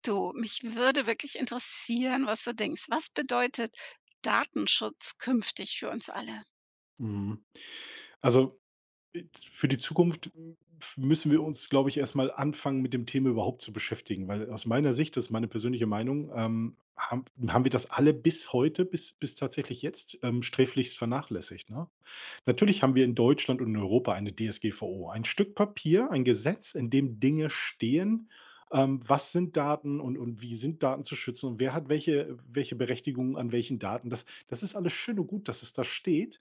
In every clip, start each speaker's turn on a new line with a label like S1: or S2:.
S1: Du, mich würde wirklich interessieren, was du denkst. Was bedeutet Datenschutz künftig für uns alle?
S2: Mhm. Also, für die Zukunft, hm, f müssen wir uns, glaube ich, erst mal anfangen, mit dem Thema überhaupt zu beschäftigen, weil aus meiner Sicht, das ist meine persönliche Meinung, ham haben wir das alle bis heute, bis tatsächlich jetzt, sträflichst vernachlässigt, ne? Natürlich haben wir in Deutschland und in Europa eine DSGVO, ein Stück Papier, ein Gesetz, in dem Dinge stehen. Was sind Daten und wie sind Daten zu schützen und wer hat welche Berechtigungen an welchen Daten? Das ist alles schön und gut, dass es da steht.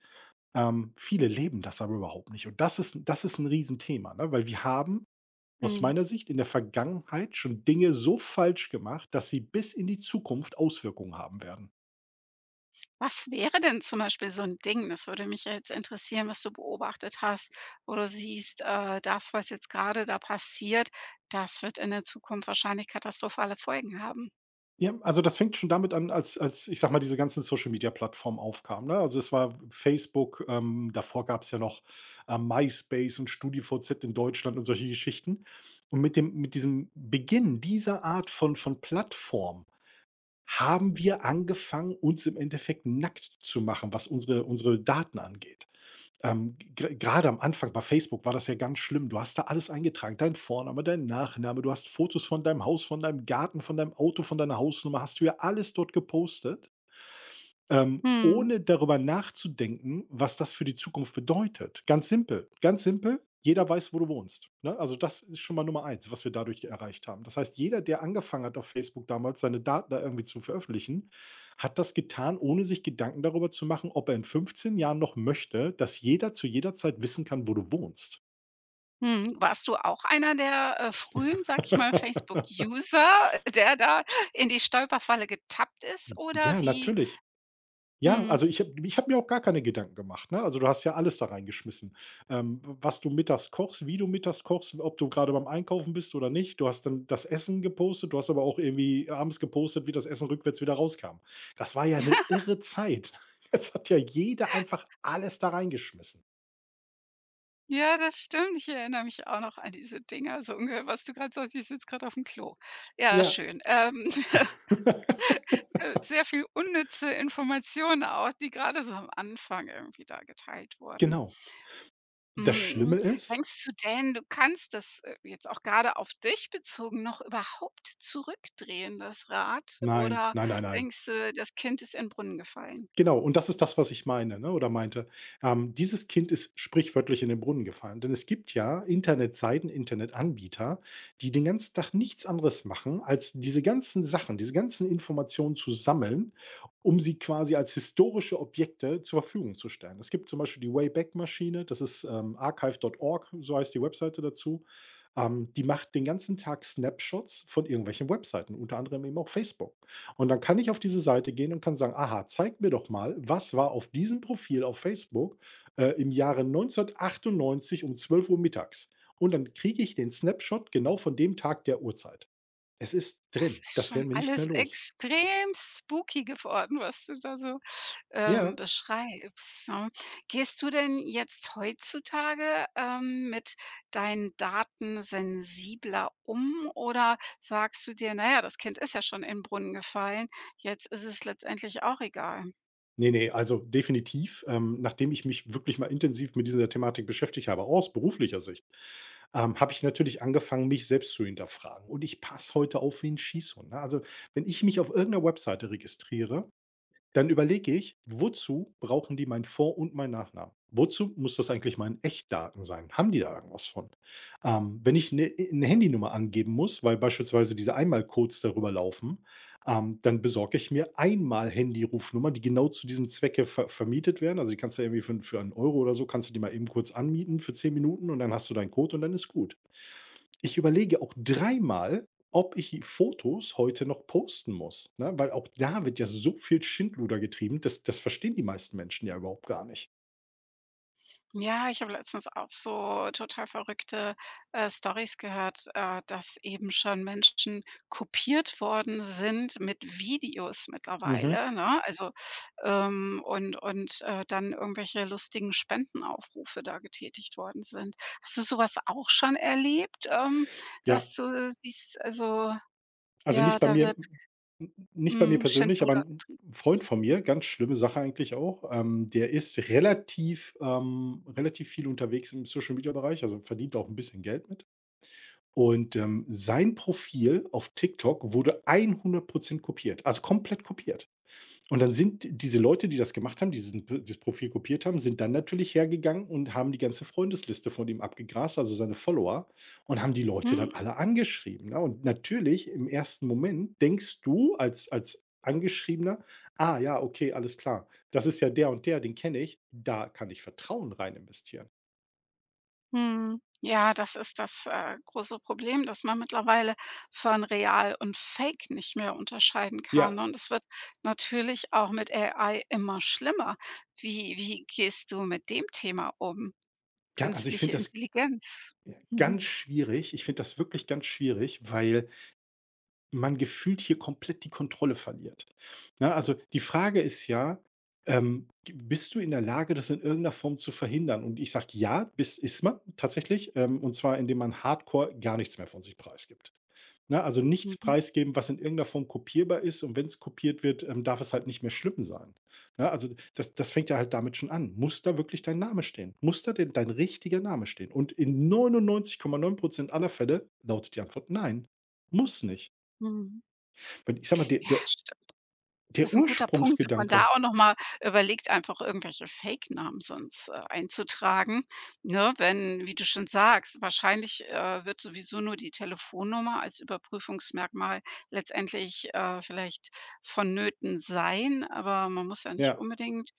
S2: Viele leben das aber überhaupt nicht und das ist ein Riesenthema, ne, weil wir haben aus
S1: Mhm.
S2: meiner Sicht in der Vergangenheit schon Dinge so falsch gemacht, dass sie bis in die Zukunft Auswirkungen haben werden.
S1: Was wäre denn zum Beispiel so ein Ding? Das würde mich ja jetzt interessieren, was du beobachtet hast, wo du siehst, das, was jetzt gerade da passiert, das wird in der Zukunft wahrscheinlich katastrophale Folgen haben.
S2: Ja, also, das fängt schon damit an, als, ich sage mal, diese ganzen Social-Media-Plattformen aufkamen, ne? Also, es war Facebook, davor gab es ja noch, MySpace und StudiVZ in Deutschland und solche Geschichten. Und mit diesem Beginn dieser Art von Plattform haben wir angefangen, uns im Endeffekt nackt zu machen, was unsere Daten angeht. Gr Grade am Anfang bei Facebook war das ja ganz schlimm. Du hast da alles eingetragen, dein Vorname, dein Nachname, du hast Fotos von deinem Haus, von deinem Garten, von deinem Auto, von deiner Hausnummer, hast du ja alles dort gepostet.
S1: Mhm,
S2: Ohne darüber nachzudenken, was das für die Zukunft bedeutet. Ganz simpel, ganz simpel. Jeder weiß, wo du wohnst. Ne? Also das ist schon mal Nummer eins, was wir dadurch erreicht haben. Das heißt, jeder, der angefangen hat, auf Facebook damals seine Daten da irgendwie zu veröffentlichen, hat das getan, ohne sich Gedanken darüber zu machen, ob er in 15 Jahren noch möchte, dass jeder zu jeder Zeit wissen kann, wo du wohnst.
S1: mhm. Warst du auch einer der, frühen, sag ich mal, Facebook-User, der da in die Stolperfalle getappt ist oder
S2: Ja,
S1: wie?
S2: natürlich. Ja,
S1: Mhm.
S2: also ich habe mir auch gar keine Gedanken gemacht, ne? Also, du hast ja alles da reingeschmissen. Was du mittags kochst, wie du mittags kochst, ob du gerade beim Einkaufen bist oder nicht. Du hast dann das Essen gepostet, du hast aber auch irgendwie abends gepostet, wie das Essen rückwärts wieder rauskam. Das war ja eine irre Zeit. Jetzt hat ja jeder einfach alles da reingeschmissen.
S1: Ja, das stimmt. Ich erinnere mich auch noch an diese Dinger, so ungefähr, was du gerade sagst: „Ich sitze gerade auf dem Klo.“ Ja,
S2: Ja.
S1: schön. Sehr viel unnütze Informationen auch, die gerade so am Anfang irgendwie da geteilt wurden.
S2: Genau. Das
S1: Mhm.
S2: Schlimme ist
S1: Denkst du denn, du kannst das, jetzt auch gerade auf dich bezogen noch überhaupt zurückdrehen, das Rad?
S2: Nein,
S1: Oder
S2: nein, nein, nein.
S1: denkst du, das Kind ist in den Brunnen gefallen?
S2: Genau, und das ist das, was ich meine, ne, oder meinte. Dieses Kind ist sprichwörtlich in den Brunnen gefallen, denn es gibt ja Internetseiten, Internetanbieter, die den ganzen Tag nichts anderes machen, als diese ganzen Sachen, diese ganzen Informationen zu sammeln, um sie quasi als historische Objekte zur Verfügung zu stellen. Es gibt zum Beispiel die Wayback-Maschine, das ist archive.org, so heißt die Webseite dazu. Die macht den ganzen Tag Snapshots von irgendwelchen Webseiten, unter anderem eben auch Facebook. Und dann kann ich auf diese Seite gehen und kann sagen: „Aha, zeig mir doch mal, was war auf diesem Profil auf Facebook, im Jahre 1998 um 12 Uhr mittags?" Und dann kriege ich den Snapshot genau von dem Tag, der Uhrzeit. Es ist
S1: Das
S2: drin.
S1: ist
S2: Das
S1: schon
S2: werden wir nicht
S1: alles
S2: mehr los.
S1: extrem spooky geworden, was du da so
S2: Ja.
S1: beschreibst, ne? Gehst du denn jetzt heutzutage, mit deinen Daten sensibler um oder sagst du dir: „Na ja, das Kind ist ja schon in den Brunnen gefallen, jetzt ist es letztendlich auch egal?“
S2: Nee, nee. Also definitiv, nachdem ich mich wirklich mal intensiv mit dieser Thematik beschäftigt habe, auch aus beruflicher Sicht, habe ich natürlich angefangen, mich selbst zu hinterfragen. Und ich passe heute auf wie ein Schießhund, ne? Also, wenn ich mich auf irgendeiner 'ner Webseite registriere, dann überlege ich, wozu brauchen die meinen Vor und meinen Nachnamen? Wozu muss das eigentlich mein Echtdaten sein? Haben die da irgendwas von? Wenn ich eine 'ne Handynummer angeben muss, weil beispielsweise diese Einmalcodes darüber laufen, dann besorge ich mir Einmal-Handy-Rufnummern, die genau zu diesem Zwecke vermietet werden. Also, die kannst du ja irgendwie für 1 € oder so kannst du die mal eben kurz anmieten für 10 Minuten und dann hast du deinen Code und dann ist gut. Ich überlege auch dreimal, ob ich Fotos heute noch posten muss, ne? Weil auch da wird ja so viel Schindluder getrieben, das verstehen die meisten Menschen ja überhaupt gar nicht.
S1: Ja, ich habe letztens auch so total verrückte, Storys gehört, dass eben schon Menschen kopiert worden sind mit Videos
S2: Mhm.
S1: mittlerweile, ne? Also, und dann irgendwelche lustigen Spendenaufrufe da getätigt worden sind. Hast du sowas auch schon erlebt,
S2: Ja,
S1: dass du siehst also,
S2: also
S1: ja,
S2: nicht bei
S1: da
S2: mir,
S1: wird,
S2: n nicht bei mir persönlich, aber
S1: Schindluder
S2: ein
S1: betrieben?
S2: Freund von mir, ganz schlimme Sache eigentlich auch, der ist relativ, relativ viel unterwegs im Social-Media-Bereich, also verdient auch ein bisschen Geld mit. Und, sein Profil auf TikTok wurde 100 kopiert, also komplett kopiert. Und dann sind diese Leute, die das gemacht haben, die diesen das Profil kopiert haben, sind dann natürlich hergegangen und haben die ganze Freundesliste von ihm abgegrast, also seine Follower, und haben die Leute
S1: Mhm.
S2: dann alle angeschrieben, ne? Und natürlich im ersten Moment denkst du als Angeschriebener: „Ah ja, okay, alles klar. Das ist ja der und der, den kenne ich. Da kann ich Vertrauen rein investieren."
S1: Mhm. Ja, das ist das, große Problem, dass man mittlerweile von real und fake nicht mehr unterscheiden kann.
S2: Ja,
S1: Und es wird natürlich auch mit AI immer schlimmer. Wie gehst du mit dem Thema um?
S2: ja, also ich
S1: Künstliche
S2: finde das,
S1: Intelligenz.
S2: ja,
S1: Mhm,
S2: ganz schwierig. Ich finde das wirklich ganz schwierig, weil man gefühlt hier komplett die Kontrolle verliert. Ne, also die Frage ist ja, bist du in der Lage, das in irgendeiner Form zu verhindern? Und ich sage ja, bis ist man tatsächlich, und zwar indem man hardcore gar nichts mehr von sich preisgibt. Ne, also nichts
S1: mhm,
S2: preisgeben, was in irgendeiner Form kopierbar ist. Und wenn es kopiert wird, darf es halt nicht mehr schlimm sein. Ne, also das fängt ja halt damit schon an. Muss da wirklich dein Name stehen? Muss da denn dein richtiger Name stehen? Und in 99,9% aller Fälle lautet die Antwort nein. Muss nicht.
S1: mhm.
S2: Weil ich sage mal, der
S1: Ja,
S2: der
S1: st Das
S2: der
S1: ist ein guter Punkt, dass man da
S2: Ursprungsgedanke.
S1: auch noch mal überlegt, einfach irgendwelche Fake-Namen sonst, einzutragen, ne? Wenn, wie du schon sagst, wahrscheinlich, wird sowieso nur die Telefonnummer als Überprüfungsmerkmal letztendlich, vielleicht vonnöten sein, aber man muss ja nicht
S2: Ja,
S1: unbedingt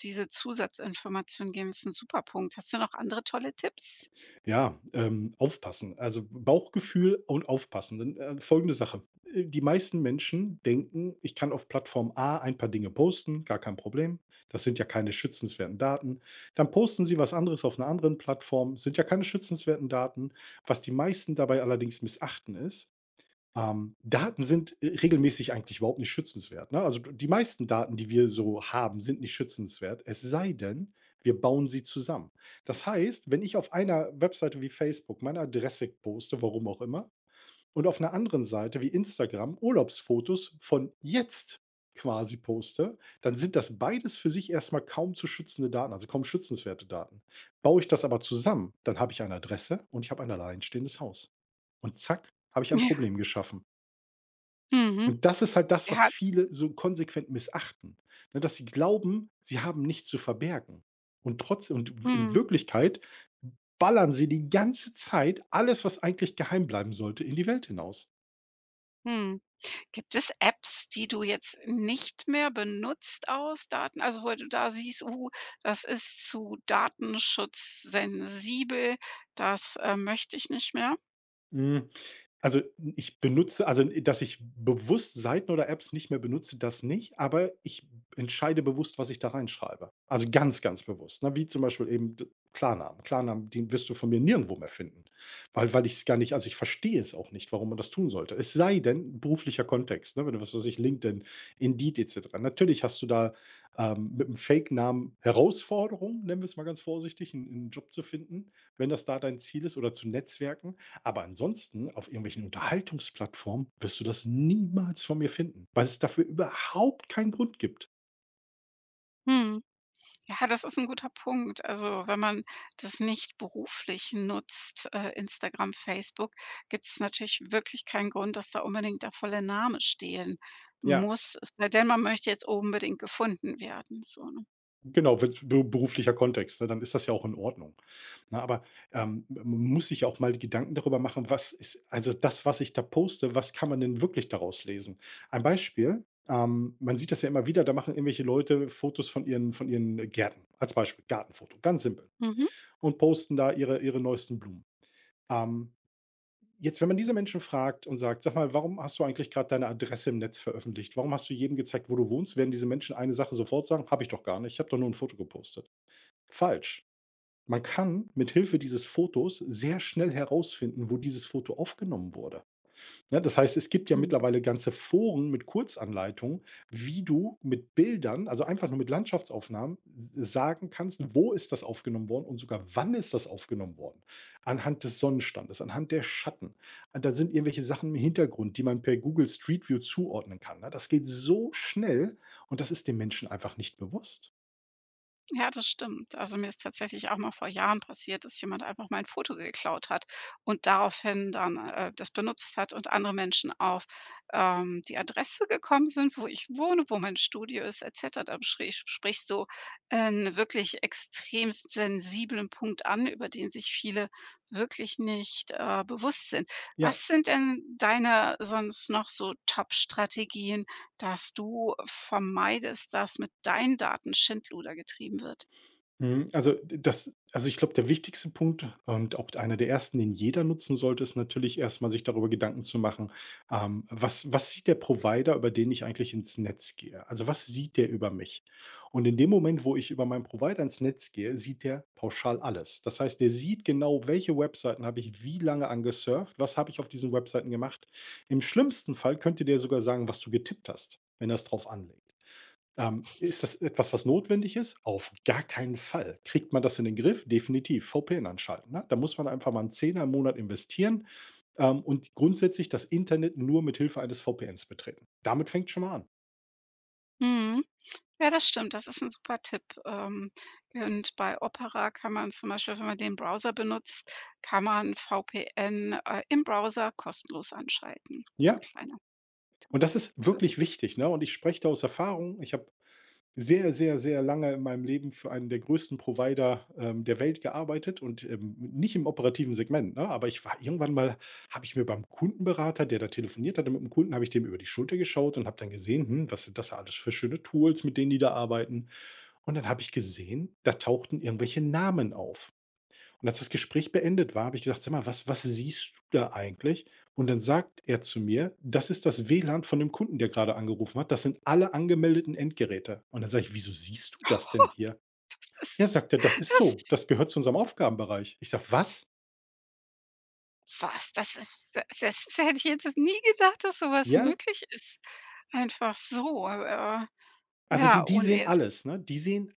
S1: diese Zusatzinformation geben. Ist ein super Punkt. Hast du noch andere tolle Tipps?
S2: ja, aufpassen. Also, Bauchgefühl und aufpassen. Dann folgende Sache: Die meisten Menschen denken, ich kann auf Plattform A ein paar Dinge posten, gar kein Problem. Das sind ja keine schützenswerten Daten. Dann posten sie was anderes auf einer anderen Plattform, sind ja keine schützenswerten Daten. Was die meisten dabei allerdings missachten ist: Daten sind regelmäßig eigentlich überhaupt nicht schützenswert, ne? Also, die meisten Daten, die wir so haben, sind nicht schützenswert, es sei denn, wir bauen sie zusammen. Das heißt, wenn ich auf einer Webseite wie Facebook meine Adresse poste, warum auch immer, und auf einer anderen Seite wie Instagram Urlaubsfotos von jetzt quasi poste, dann sind das beides für sich erstmal kaum zu schützende Daten, also kaum schützenswerte Daten. Baue ich das aber zusammen, dann habe ich eine Adresse und ich habe ein alleinstehendes Haus. Und zack, habe ich ein
S1: Ja.
S2: Problem geschaffen.
S1: Mhm.
S2: Und das ist halt das, was
S1: Ja.
S2: viele so konsequent missachten, ne, dass sie glauben, sie haben nichts zu verbergen. Und trotz und w in
S1: Mhm.
S2: Wirklichkeit ballern sie die ganze Zeit alles, was eigentlich geheim bleiben sollte, in die Welt hinaus.
S1: Mhm. Gibt es Apps, die du jetzt nicht mehr benutzt aus Daten also, wo du da siehst: das ist zu datenschutzsensibel, das, möchte ich nicht mehr?“
S2: Hm, also, ich benutze also, dass ich bewusst Seiten oder Apps nicht mehr benutze, das nicht, aber ich entscheide bewusst, was ich da reinschreibe. Also, ganz, ganz bewusst, ne? Wie zum Beispiel eben d Klarnamen. Klarnamen, den wirst du von mir nirgendwo mehr finden, weil ich es gar nicht, also, ich verstehe es auch nicht, warum man das tun sollte. Es sei denn, beruflicher Kontext, ne? Wenn du, was weiß ich, LinkedIn, Indeed et cetera. Natürlich hast du da, mit einem Fake-Namen Herausforderung, nennen wir es mal ganz vorsichtig, einen 'n Job zu finden, wenn das da dein Ziel ist oder zu netzwerken. Aber ansonsten auf irgendwelchen Unterhaltungsplattformen wirst du das niemals von mir finden, weil es dafür überhaupt keinen Grund gibt.
S1: Mhm. Ja, das ist ein guter Punkt. Also, wenn man das nicht beruflich nutzt, Instagram, Facebook, gibt es natürlich wirklich keinen Grund, dass da unbedingt der volle Name stehen
S2: Ja,
S1: muss, es sei denn, man möchte jetzt unbedingt gefunden werden, so, ne?
S2: genau, wenn's be beruflicher Kontext, ne, dann ist das ja auch in Ordnung. Ne, aber, man muss sich ja auch mal die Gedanken darüber machen, was ist also das, was ich da poste, was kann man denn wirklich daraus lesen? Ein Beispiel, man sieht das ja immer wieder, da machen irgendwelche Leute Fotos von ihren Gärten, als Beispiel Gartenfoto, ganz simpel
S1: Mhm.
S2: und posten da ihre neuesten Blumen. Ähm Jetzt, wenn man diese Menschen fragt und sagt: „Sag mal, warum hast du eigentlich gerade deine Adresse im Netz veröffentlicht? Warum hast du jedem gezeigt, wo du wohnst?", werden diese Menschen eine Sache sofort sagen: „Habe ich doch gar nicht. Ich habe doch nur ein Foto gepostet." Falsch. Man kann mit Hilfe dieses Fotos sehr schnell herausfinden, wo dieses Foto aufgenommen wurde. Ne, das heißt, es gibt ja
S1: Mhm.
S2: mittlerweile ganze Foren mit Kurzanleitungen, wie du mit Bildern, also einfach nur mit Landschaftsaufnahmen, sagen kannst, wo ist das aufgenommen worden und sogar wann ist das aufgenommen worden. Anhand des Sonnenstandes, anhand der Schatten. Und da sind irgendwelche Sachen im Hintergrund, die man per Google Street View zuordnen kann. Ne? Das geht so schnell und das ist den Menschen einfach nicht bewusst.
S1: Ja, das stimmt. Also, mir ist tatsächlich auch mal vor Jahren passiert, dass jemand einfach mein Foto geklaut hat und daraufhin dann, das benutzt hat und andere Menschen auf, die Adresse gekommen sind, wo ich wohne, wo mein Studio ist et cetera. Sprich so 'n wirklich extrem sensiblen Punkt an, über den sich viele wirklich nicht, bewusst sind.
S2: Ja.
S1: Was sind denn deine sonst noch so Top-Strategien, dass du vermeidest, dass mit deinen Daten Schindluder getrieben wird.
S2: Mhm, also, das also ich glaube, der wichtigste Punkt und auch einer der ersten, den jeder nutzen sollte, ist natürlich erst mal sich darüber Gedanken zu machen, was sieht der Provider, über den ich eigentlich ins Netz gehe? Also, was sieht der über mich? Und in dem Moment, wo ich über meinen Provider ins Netz gehe, sieht der pauschal alles. Das heißt, der sieht genau, welche Webseiten habe ich wie lange angesurft, was habe ich auf diesen Webseiten gemacht. Im schlimmsten Fall könnte der sogar sagen, was du getippt hast, wenn er es drauf anlegt. Ist das etwas, was notwendig ist? Auf gar keinen Fall. Kriegt man das in den Griff? Definitiv. VPN anschalten. Ne? Da muss man einfach mal einen Zehner im Monat investieren, und grundsätzlich das Internet nur mit Hilfe eines VPNs betreten. Damit fängt schon mal an.
S1: Mhm. Ja, das stimmt, das ist ein super Tipp. Und bei Opera kann man zum Beispiel, wenn man den Browser benutzt, kann man VPN, im Browser kostenlos anschalten. So 'n
S2: Ja.
S1: kleiner
S2: Und das ist
S1: für
S2: wirklich wichtig. Ne? Und ich spreche da aus Erfahrung. Ich habe sehr, sehr, sehr lange in meinem Leben für einen der größten Provider, der Welt gearbeitet und, nicht im operativen Segment, ne? Aber ich war irgendwann mal, habe ich mir beim Kundenberater, der da telefoniert hatte mit dem Kunden, habe ich dem über die Schulter geschaut und habe dann gesehen: „Hm, was sind das alles für schöne Tools, mit denen die da arbeiten?“ Und dann habe ich gesehen, da tauchten irgendwelche Namen auf. Und als das Gespräch beendet war, habe ich gesagt: „Sag mal, was siehst du da eigentlich?“ Und dann sagt er zu mir: „Das ist das WLAN von dem Kunden, der gerade angerufen hat. Das sind alle angemeldeten Endgeräte.“ Und dann sage ich: „Wieso siehst du das
S1: oh,
S2: denn hier?“ „Ja“, sagt er, „das ist
S1: das
S2: so.
S1: das
S2: Das gehört zu unserem Aufgabenbereich.“ Ich sage: „Was?“
S1: was? Das ist das hätte ich jetzt nie gedacht, dass sowas
S2: „Ja.“
S1: möglich ist. Einfach so,
S2: Also, die
S1: ja,
S2: die
S1: ohne
S2: sehen
S1: jetzt,
S2: alles, ne? Die sehen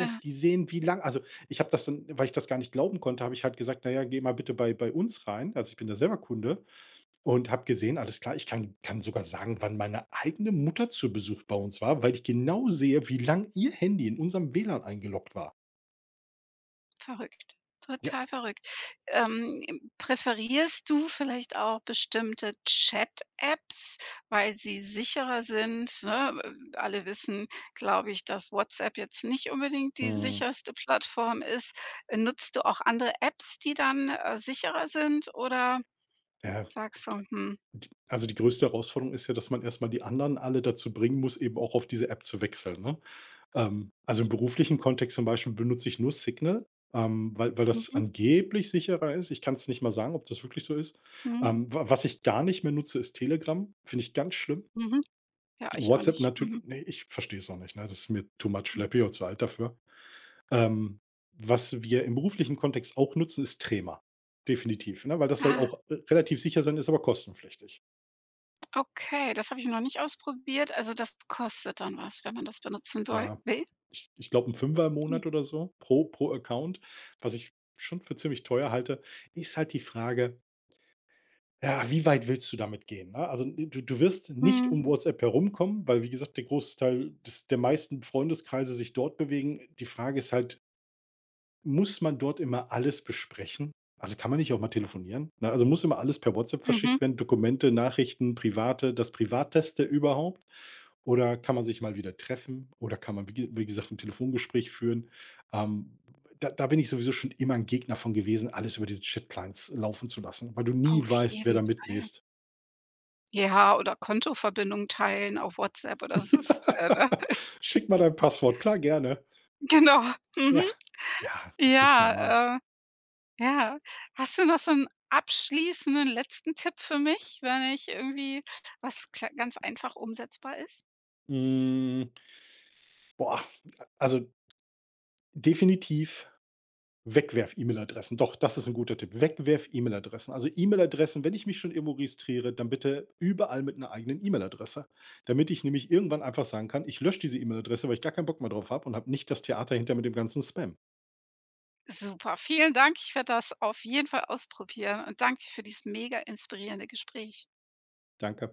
S1: äh
S2: Die sehen, wie lang, also, ich habe das dann, weil ich das gar nicht glauben konnte, habe ich halt gesagt: „Na ja, geh mal bitte bei uns rein.“ Also, ich bin da selber Kunde. Und habe gesehen, alles klar, ich kann sogar sagen, wann meine eigene Mutter zu Besuch bei uns war, weil ich genau sehe, wie lang ihr Handy in unserem WLAN eingeloggt war.
S1: Verrückt,
S2: Ja.
S1: total verrückt. Präferierst du vielleicht auch bestimmte Chat-Apps, weil sie sicherer sind, ne? Alle wissen, glaube ich, dass WhatsApp jetzt nicht unbedingt die
S2: Mhm.
S1: sicherste Plattform ist. Nutzt du auch andere Apps, die dann, sicherer sind oder
S2: Ja,
S1: sagst du: „Hm,
S2: d also die größte Herausforderung ist ja, dass man erstmal die anderen alle dazu bringen muss, eben auch auf diese App zu wechseln, ne? Also im beruflichen Kontext zum Beispiel benutze ich nur Signal, weil das
S1: mhm,
S2: angeblich sicherer ist. Ich kann es nicht mal sagen, ob das wirklich so ist.
S1: mhm,
S2: Wa was ich gar nicht mehr nutze, ist Telegram, finde ich ganz schlimm.
S1: mhm, ja, ich auch
S2: WhatsApp
S1: nicht.
S2: natürlich,
S1: Mhm,
S2: ne, ich verstehe es auch nicht, ne? Das ist mir too much
S1: hm.“
S2: Schlappi und zu alt dafür. Ähm, was wir im beruflichen Kontext auch nutzen, ist Trema. Definitiv, ne? Weil das soll
S1: Ah,
S2: auch r relativ sicher sein, ist aber kostenpflichtig.
S1: okay, das habe ich noch nicht ausprobiert. Also, das kostet dann was, wenn man das benutzen soll
S2: Ja,
S1: will?
S2: ich glaube, ein Fünfer im Monat oder so pro Account, was ich schon für ziemlich teuer halte, ist halt die Frage, ja, wie weit willst du damit gehen, ne? Also, du wirst nicht
S1: Mhm.
S2: um WhatsApp herumkommen, weil, wie gesagt, der Großteil des der meisten Freundeskreise sich dort bewegen. Die Frage ist halt, muss man dort immer alles besprechen? Also, kann man nicht auch mal telefonieren? Ne, also, muss immer alles per WhatsApp
S1: Mhm,
S2: verschickt werden, Dokumente, Nachrichten, private, das Privateste überhaupt? Oder kann man sich mal wieder treffen? Oder kann man, wie gesagt, ein Telefongespräch führen? Ähm, da bin ich sowieso schon immer ein Gegner von gewesen, alles über diese Chat-Clients laufen zu lassen, weil du nie
S1: auf
S2: weißt, wer
S1: jeden
S2: da
S1: Fall.
S2: mitliest.
S1: Ja, oder Kontoverbindung teilen auf WhatsApp oder so ist
S2: Ja,
S1: ne?
S2: schick mal dein Passwort. Klar, gerne.
S1: Genau.
S2: Ja.
S1: Mhm.
S2: Ja, das ist nicht normal.
S1: Ja, ja. Hast du noch so 'n abschließenden letzten Tipp für mich, wenn ich irgendwie was kle ganz einfach umsetzbar ist?
S2: Hm, boah, also definitiv Wegwerf-E-Mail-Adressen. Doch, das ist ein guter Tipp. Wegwerf-E-Mail-Adressen. Also, E-Mail-Adressen, wenn ich mich schon irgendwo registriere, dann bitte überall mit einer eigenen E-Mail-Adresse, damit ich nämlich irgendwann einfach sagen kann: „Ich lösche diese E-Mail-Adresse, weil ich gar keinen Bock mehr drauf habe und habe nicht das Theater hinter mit dem ganzen Spam.“
S1: Super, vielen Dank. Ich werde das auf jeden Fall ausprobieren und danke dir für dieses mega inspirierende Gespräch.
S2: Danke.